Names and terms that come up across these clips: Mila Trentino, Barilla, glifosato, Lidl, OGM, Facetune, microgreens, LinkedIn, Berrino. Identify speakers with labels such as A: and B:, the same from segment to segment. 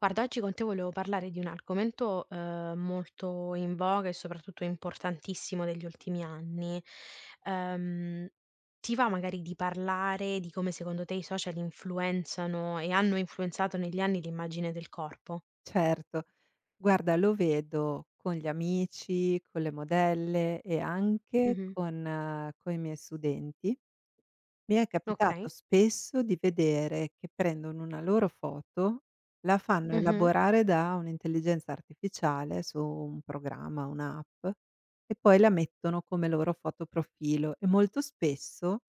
A: Guarda, oggi con te volevo parlare di un argomento, molto in voga e soprattutto importantissimo degli ultimi anni. Ehm, Ti va magari di parlare di come secondo te i social influenzano e hanno influenzato negli anni l'immagine del corpo?
B: Certo. Guarda, lo vedo con gli amici, con le modelle e anche
A: Mh-mh.
B: con i miei studenti, mi è capitato
A: Okay.
B: spesso di vedere che prendono una loro foto, la fanno
A: Mh-mh.
B: elaborare da un'intelligenza artificiale su un programma, un'app, e poi la mettono come loro foto profilo. E molto spesso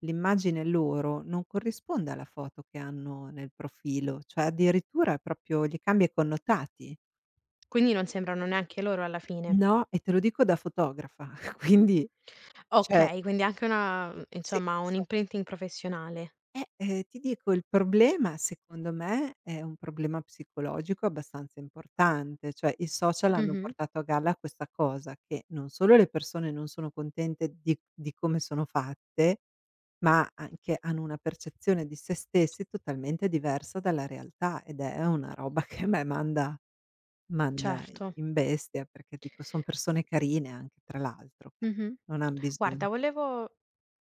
B: l'immagine loro non corrisponde alla foto che hanno nel profilo, cioè addirittura proprio gli cambia i connotati.
A: Quindi non sembrano neanche loro alla fine.
B: No, e te lo dico da fotografa, quindi, cioè,
A: Okay, quindi anche una
B: mhmm, sì,
A: insomma un
B: so.
A: imprinting professionale.
B: Ti dico, il problema secondo me è un problema psicologico abbastanza importante, cioè i social hanno
A: Mh-mh.
B: portato a galla questa cosa che non solo le persone non sono contente di come sono fatte, ma anche hanno una percezione di se stessi totalmente diversa dalla realtà, ed è una roba che a me manda
A: Certo.
B: in bestia, perché dico son persone carine anche tra l'altro, che
A: Mh-mh.
B: non han bisogno.
A: Guarda, volevo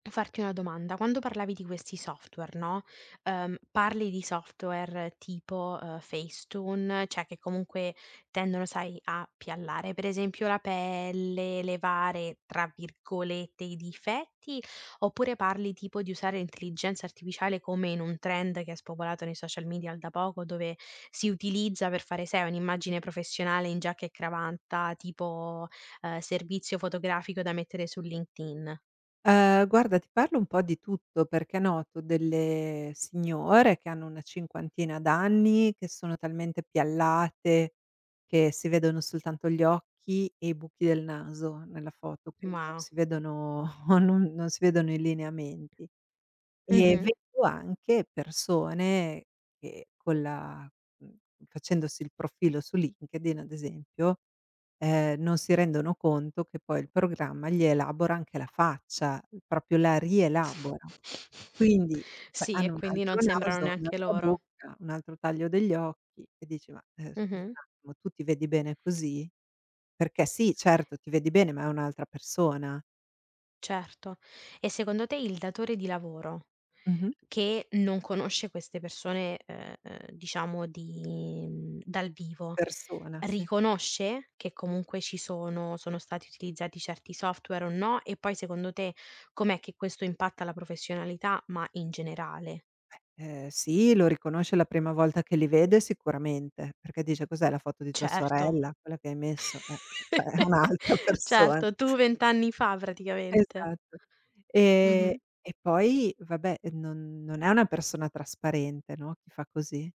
A: farti una domanda, quando parlavi di questi software, no, parli di software tipo, Facetune, cioè che comunque tendono, sai, a piallare, per esempio, la pelle, "levare", tra virgolette, "i difetti", oppure parli tipo di usare l'intelligenza artificiale come in un trend che è spopolato nei social media da poco, dove si utilizza per fare, sai, un'immagine professionale in giacca e cravatta, tipo, servizio fotografico da mettere su LinkedIn?
B: Guarda, ti parlo un po' di tutto, perché noto delle signore che hanno una cinquantina d'anni, che sono talmente piallate che si vedono soltanto gli occhi e i buchi del naso nella foto, quindi non
A: Ma
B: si vedono, non si vedono i lineamenti. E
A: mh-mh.
B: vedo anche persone che mhmm, facendosi il profilo su LinkedIn ad esempio, non si rendono conto che poi il programma gli elabora anche la faccia, proprio la rielabora. Quindi, cioè
A: Sì, e
B: hanno un
A: quindi
B: altro
A: non sembrano
B: naso,
A: neanche
B: un'altra
A: loro.
B: bocca, un altro taglio degli occhi, e dici: "Ma, scusa un
A: Mh-mh,
B: attimo, tu ti vedi bene così?" Perché sì, certo ti vedi bene, ma è un'altra persona.
A: certo. E secondo te il datore di lavoro
B: Mh-mh.
A: che non conosce queste persone, diciamo di dal vivo,
B: Persona, sì.
A: riconosce che comunque ci sono stati utilizzati certi software o no? E poi secondo te com'è che questo impatta la professionalità, ma in generale?
B: Sì, lo riconosce la prima volta che li vede sicuramente, perché dice: "Cos'è la foto di tua
A: Certo.
B: sorella, quella che hai messo?" Cioè è un'altra persona.
A: Certo, tu 20 anni fa praticamente.
B: Esatto. Ehm,
A: Mh-mh.
B: e poi vabbè, non è una persona trasparente, no, chi fa così,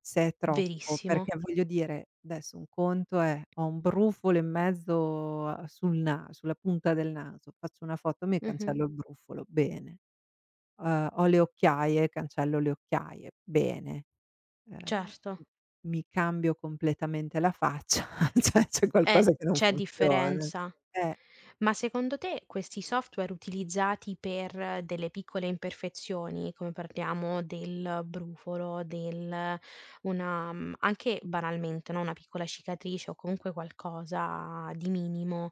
B: se è troppo,
A: Verissimo.
B: perché voglio dire, adesso un conto è: ho un brufolo in mezzo a sul na sulla punta del naso, faccio una foto, mi
A: Mh-mh.
B: cancello il brufolo, bene. Ho le occhiaie, cancello le occhiaie, bene. Ehm,
A: Certo.
B: m Mi cambio completamente la faccia, cioè c'è qualcosa che non
A: C'è
B: funziona.
A: differenza.
B: Eh,
A: Ma secondo te questi software utilizzati per delle piccole imperfezioni, come parliamo del brufolo, del una anche banalmente, no, una piccola cicatrice o comunque qualcosa di minimo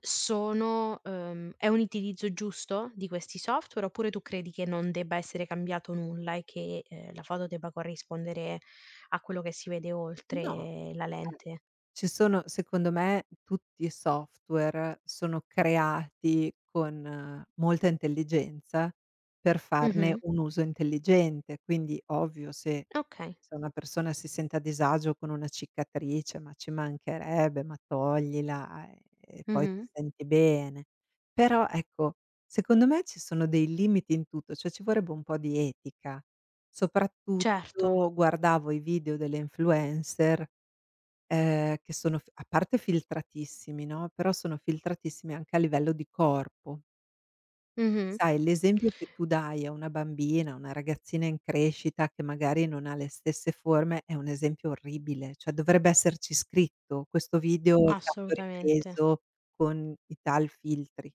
A: sono è un utilizzo giusto di questi software, oppure tu credi che non debba essere cambiato nulla e che, la foto debba corrispondere a quello che si vede
B: no,
A: oltre la
B: vabbè.
A: lente?
B: Ci sono, secondo me tutti i software sono creati con molta intelligenza per farne
A: Mh-mh.
B: un uso intelligente, quindi ovvio, se
A: Okay.
B: se una persona si sente a disagio con una cicatrice, ma ci mancherebbe, ma toglila, e poi ti
A: Mh-mh.
B: senti bene. Però ecco, secondo me ci sono dei limiti in tutto, cioè ci vorrebbe un po' di etica.
A: Certo.
B: Soprattutto guardavo i video delle influencer, che sono f a parte filtratissimi, no, però sono filtratissimi anche a livello di corpo.
A: Mh-mh.
B: Sai, l'esempio che tu dai a una bambina, una ragazzina in crescita che magari non ha le stesse forme è un esempio orribile, cioè dovrebbe esserci scritto: "Questo video è stato
A: Assolutamente.
B: ripreso con i tal filtri".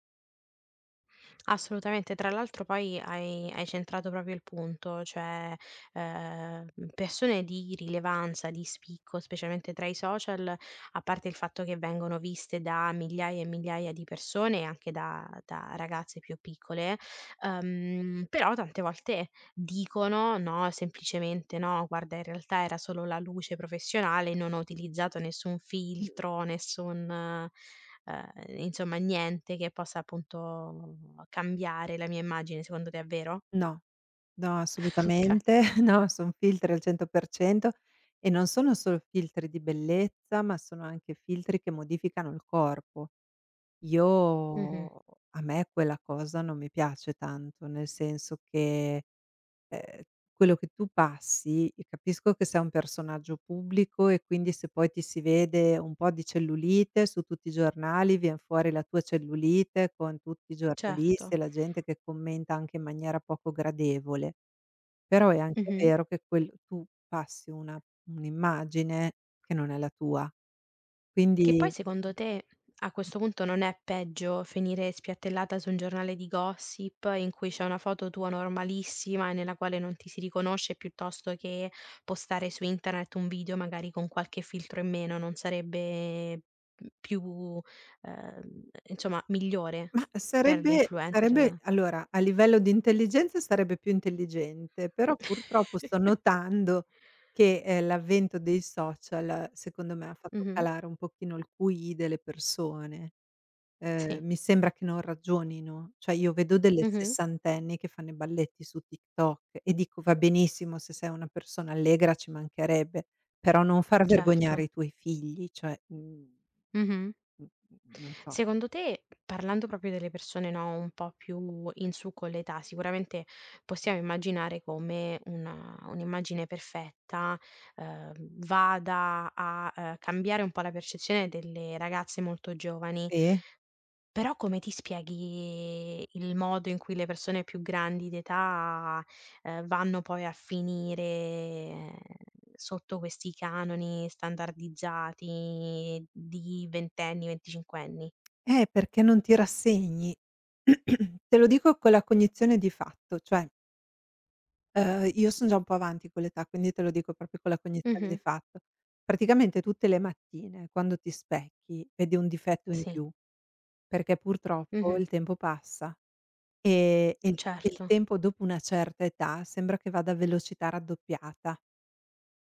A: Assolutamente, tra l'altro poi hai centrato proprio il punto, cioè, ehm, persone di rilevanza, di spicco, specialmente tra i social, a parte il fatto che vengono viste da migliaia e migliaia di persone e anche da ragazze più piccole, però tante volte dicono: "No, semplicemente no, guarda in realtà era solo la luce professionale, non ho utilizzato nessun
B: Mh-mh.
A: filtro, nessun ehm, insomma niente che possa appunto cambiare la mia immagine." Secondo te è vero?
B: No, no,
A: Okay.
B: assolutamente, no, son filtri al 100% e non sono solo filtri di bellezza, ma sono anche filtri che modificano il corpo. Io
A: Mh-mh,
B: A me quella cosa non mi piace tanto, nel senso che, ehm, quello che tu passi, capisco che sei un personaggio pubblico e quindi se poi ti si vede un po' di cellulite su tutti i giornali, vien fuori la tua cellulite con tutti i giornalisti
A: certo.
B: e la gente che commenta anche in maniera poco gradevole. Però è anche
A: Mh-mh.
B: vero che quel tu passi una un'immagine che non è la tua.
A: Che poi
B: Quindi.
A: secondo te, a questo punto, non è peggio finire spiattellata su un giornale di gossip in cui c'è una foto tua normalissima e nella quale non ti si riconosce, piuttosto che postare su internet un video magari con qualche filtro in meno, non sarebbe più, insomma, migliore
B: Ma
A: per
B: sarebbe
A: l'influencer?
B: allora, a livello di intelligenza sarebbe più intelligente, però purtroppo sto notando che, l'avvento dei social, secondo me, ha fatto
A: Mh-mh,
B: calare un pochino il QI delle persone.
A: sì,
B: Mi sembra che non ragionino, cioè io vedo delle
A: mh-mh,
B: sessantenni che fanno i balletti su TikTok e dico: "Va benissimo se sei una persona allegra, ci mancherebbe, però non far vergognare
A: certo,
B: i tuoi figli." Cioè,
A: mh-mh.
B: mhmm, non so.
A: Secondo te, parlando proprio delle persone, no, un po' più in su con l'età, sicuramente possiamo immaginare come una un'immagine perfetta, ehm, vada a, cambiare un po' la percezione delle ragazze molto giovani,
B: Sì?
A: però come ti spieghi il modo in cui le persone più grandi d'età, vanno poi a finire, sotto questi canoni standardizzati di ventenni, venticinquenni?
B: Perché non ti rassegni. Te lo dico con la cognizione di fatto, cioè, io son già un po' avanti con l'età, quindi te lo dico proprio con la cognizione di
A: Mh-mh.
B: fatto. Praticamente tutte le mattine quando ti specchi vedi un difetto in
A: Sì,
B: più, perché purtroppo
A: mh-mh,
B: il tempo passa, e il
A: certo,
B: tempo dopo una certa età sembra che vada a velocità raddoppiata.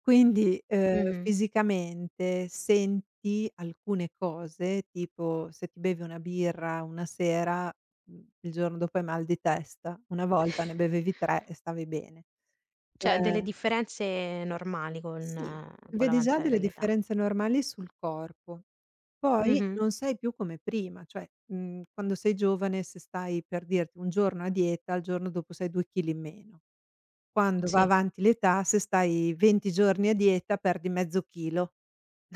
B: Quindi,
A: mh-mh.
B: fisicamente senti alcune cose, tipo se ti bevi una birra una sera, il giorno dopo hai mal di testa, una volta ne bevevi 3 e stavi bene.
A: Cioè delle
B: Uhm,
A: differenze normali
B: sì,
A: con
B: vedi già
A: l'avanzare
B: delle
A: dell'età.
B: differenze normali sul corpo. Poi
A: Mh-mh.
B: non sei più come prima, cioè, quando sei giovane se stai per dirti un giorno a dieta, il giorno dopo sei 2 chili in meno. Quando va
A: Sì,
B: avanti l'età, se stai 20 giorni a dieta perdi mezzo chilo.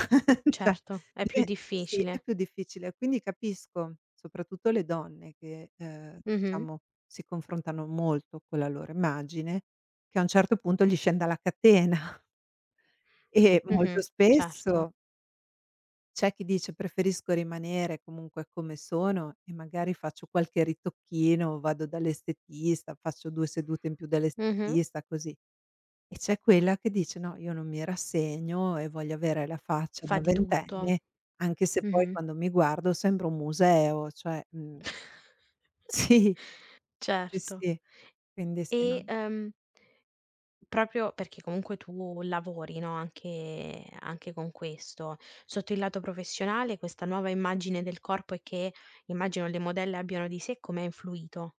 B: Cioè,
A: certo, è più
B: dive sì, è
A: difficile.
B: più difficile. Quindi capisco, soprattutto le donne che,
A: Mh-mh,
B: diciamo, si confrontano molto con la loro immagine, che a un certo punto gli scenda la catena, e molto
A: mh-mh, certo.
B: spesso c'è chi dice: "Preferisco rimanere comunque come sono e magari faccio qualche ritocchino, vado dall'estetista, faccio 2 sedute in più
A: Mh-mh.
B: dall'estetista", così. E c'è quella che dice: "No, io non mi rassegno e voglio avere la faccia
A: Fa
B: da
A: di tutto.
B: ventenne, anche se poi
A: Mh-mh,
B: quando mi guardo sembro un museo." Cioè, sì, sì,
A: certo.
B: sì. Quindi se
A: E,
B: non,
A: proprio perché comunque tu lavori, no, anche con questo, sotto il lato professionale questa nuova immagine del corpo e che immagino le modelle abbiano di sé come ha influito?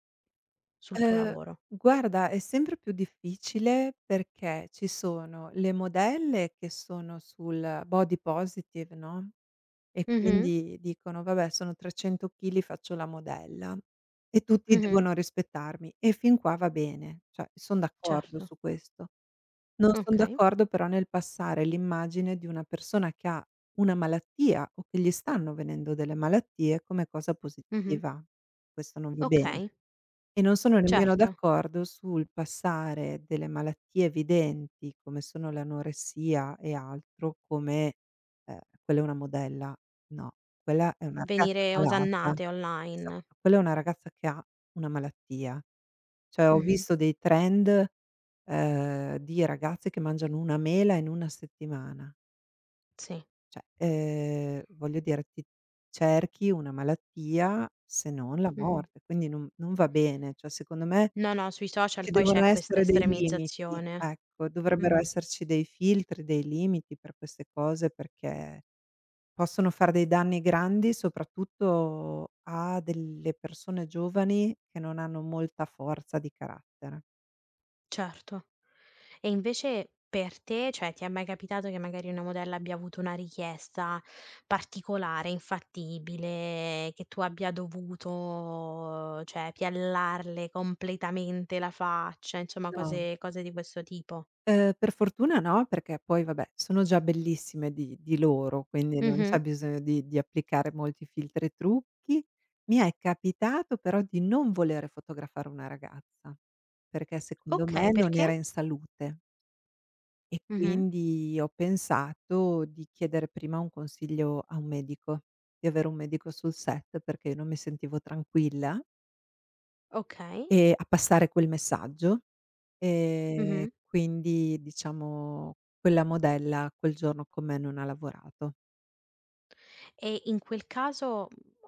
A: Sul tuo
B: ehm,
A: lavoro.
B: guarda, è sempre più difficile perché ci sono le modelle che sono sul body positive, no, e
A: Mh-mh,
B: quindi dicono: "Vabbè, sono 300 chili, faccio la modella e tutti
A: mh-mh.
B: devono rispettarmi." E fin qua va bene, cioè son d'accordo
A: Certo.
B: su questo. Non son
A: Okay.
B: d'accordo però nel passare l'immagine di una persona che ha una malattia o che gli stanno venendo delle malattie come cosa
A: Mh-mh.
B: positiva. Questo non va bene.
A: Okay,
B: E non sono nemmeno
A: certo.
B: d'accordo sul passare delle malattie evidenti, come sono l'anoressia e altro, come, ehm, "quella è una modella". No, quella è una ragazza
A: Venire
B: malata.
A: osannate online.
B: Esatto, quella è una ragazza che ha una malattia. Cioè ho
A: Mh-mh,
B: visto dei trend, di ragazze che mangiano 1 mela in 1 settimana.
A: sì.
B: Cioè, voglio dire ti cerchi una malattia, se non la
A: Mh-mh.
B: morte, quindi non va bene. Cioè secondo me
A: No, no, sui social
B: ci
A: poi
B: devono
A: c'è questa
B: essere dei limiti,
A: estremizzazione.
B: ecco, dovrebbero
A: Mh-mh,
B: esserci dei filtri, dei limiti per queste cose, perché possono far dei danni grandi, soprattutto a delle persone giovani che non hanno molta forza di carattere.
A: certo. E invece per te, cioè ti è mai capitato che magari una modella abbia avuto una richiesta particolare, infattibile, che tu abbia dovuto, cioè piallarle completamente la faccia, insomma
B: No.
A: cose di questo tipo?
B: Per fortuna no, perché poi vabbè, sono già bellissime di loro, quindi non c'è
A: Mh-mh.
B: bisogno di applicare molti filtri e trucchi. Mi è capitato però di non volere fotografare una ragazza, perché secondo me
A: Okay,
B: non
A: perché?
B: era in salute e
A: Mh-mh.
B: quindi ho pensato di chiedere prima un consiglio a un medico, di avere un medico sul set perché non mi sentivo tranquilla,
A: Okay.
B: a passare quel messaggio.
A: Mh-mh.
B: Quindi diciamo quella modella quel giorno con me non ha lavorato.
A: E in quel caso,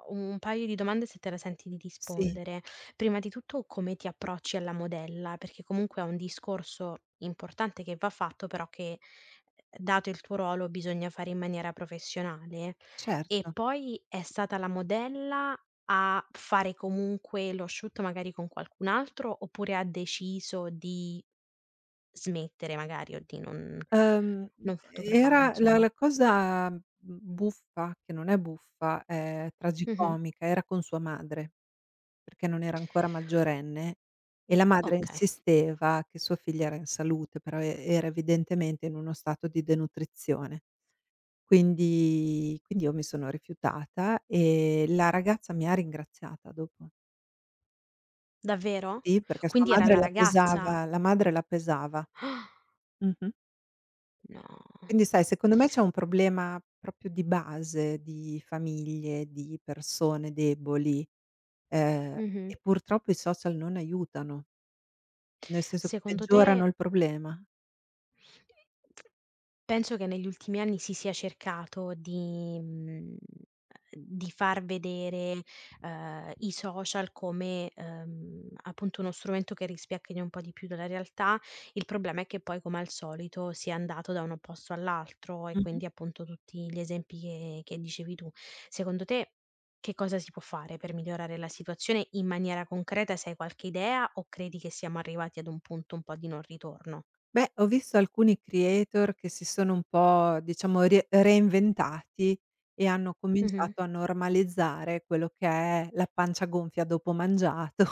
A: un paio di domande se te la senti di
B: Sì,
A: rispondere. Prima di tutto come ti approcci alla modella, perché comunque è un discorso importante che va fatto, però che, dato il tuo ruolo, bisogna fare in maniera professionale. E
B: certo.
A: poi è stata la modella a fare comunque lo shoot magari con qualcun altro, oppure ha deciso di smettere magari o di non non fotografare
B: Era la
A: insomma.
B: la cosa, buffa, che non è buffa, è
A: Mh-mh.
B: tragicomica, era con sua madre, perché non era ancora maggiorenne, e la madre
A: Okay.
B: insisteva che sua figlia era in salute, però era evidentemente in uno stato di denutrizione. Quindi io mi sono rifiutata e la ragazza mi ha ringraziata dopo.
A: Davvero?
B: Sì, perché sua
A: Quindi era
B: madre
A: la
B: la
A: ragazza?
B: pesava, la madre la pesava.
A: Ah,
B: Mh-mh.
A: no.
B: Quindi sai, secondo me c'è un problema proprio di base, di famiglie, di persone deboli, ehm,
A: Mh-mh.
B: e purtroppo i social non aiutano, nel senso che
A: Secondo
B: peggiorano
A: te
B: il problema.
A: penso che negli ultimi anni si sia cercato di di far vedere, i social come, appunto uno strumento che rispecchia un po' di più della realtà. Il problema è che poi, come al solito, si è andato da un posto all'altro e
B: Mh-mh.
A: quindi appunto tutti gli esempi che dicevi tu. Secondo te, che cosa si può fare per migliorare la situazione in maniera concreta? Se hai qualche idea o credi che siamo arrivati ad un punto un po' di non ritorno?
B: Beh, ho visto alcuni creator che si sono un po', diciamo, rie reinventati, e hanno
A: Mh-mh.
B: cominciato a normalizzare quello che è la pancia gonfia dopo mangiato,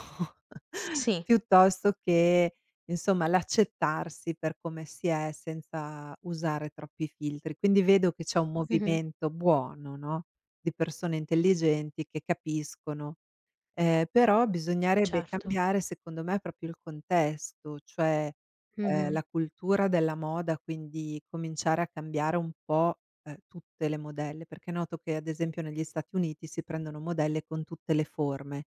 A: Sì.
B: piuttosto che, insomma, l'accettarsi per come si è senza usare troppi filtri. Quindi vedo che c'è un
A: Mh-mh.
B: movimento buono, no, di persone intelligenti che capiscono. Però bisognerebbe
A: Certo.
B: cambiare secondo me proprio il contesto, cioè,
A: Mh-mh.
B: la cultura della moda, quindi cominciare a cambiare un po', tutte le modelle, perché noto che ad esempio negli Stati Uniti si prendono modelle con tutte le forme.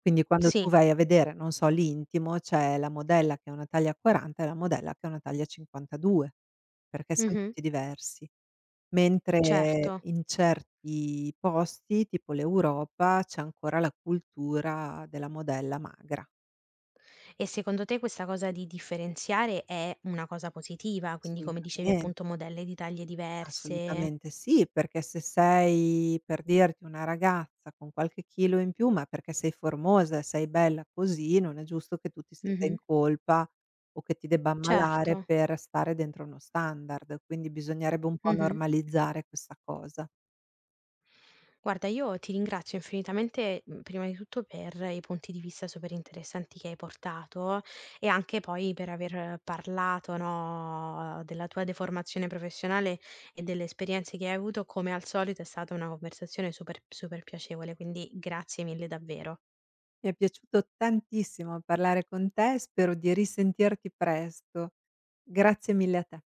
B: Quindi quando tu
A: Sì.
B: vai a vedere, non so, l'intimo, c'è la modella che ha una taglia 40 e la modella che ha una taglia 52, perché siam
A: Mh-mh.
B: tutti diversi.
A: Certo.
B: Mentre in certi posti, tipo l'Europa, c'è ancora la cultura della modella magra.
A: E secondo te questa cosa di differenziare è una cosa positiva? Quindi come dicevi
B: Assolutamente,
A: appunto modelli di taglie diverse
B: assolutamente sì, perché se sei, per dirti, una ragazza con qualche chilo in più, ma perché sei formosa e sei bella così, non è giusto che tu ti senta in
A: mh-mh.
B: colpa o che ti debba
A: Certo.
B: ammalare per stare dentro uno standard, quindi bisognerebbe un po'
A: Mh-mh.
B: normalizzare questa cosa.
A: Guarda, io ti ringrazio infinitamente, prima di tutto per i punti di vista super interessanti che hai portato e anche poi per aver parlato, no, della tua deformazione professionale e delle esperienze che hai avuto. Come al solito è stata una conversazione super super piacevole, quindi grazie mille davvero.
B: Mi è piaciuto tantissimo parlare con te e spero di risentirti presto. Grazie mille a te.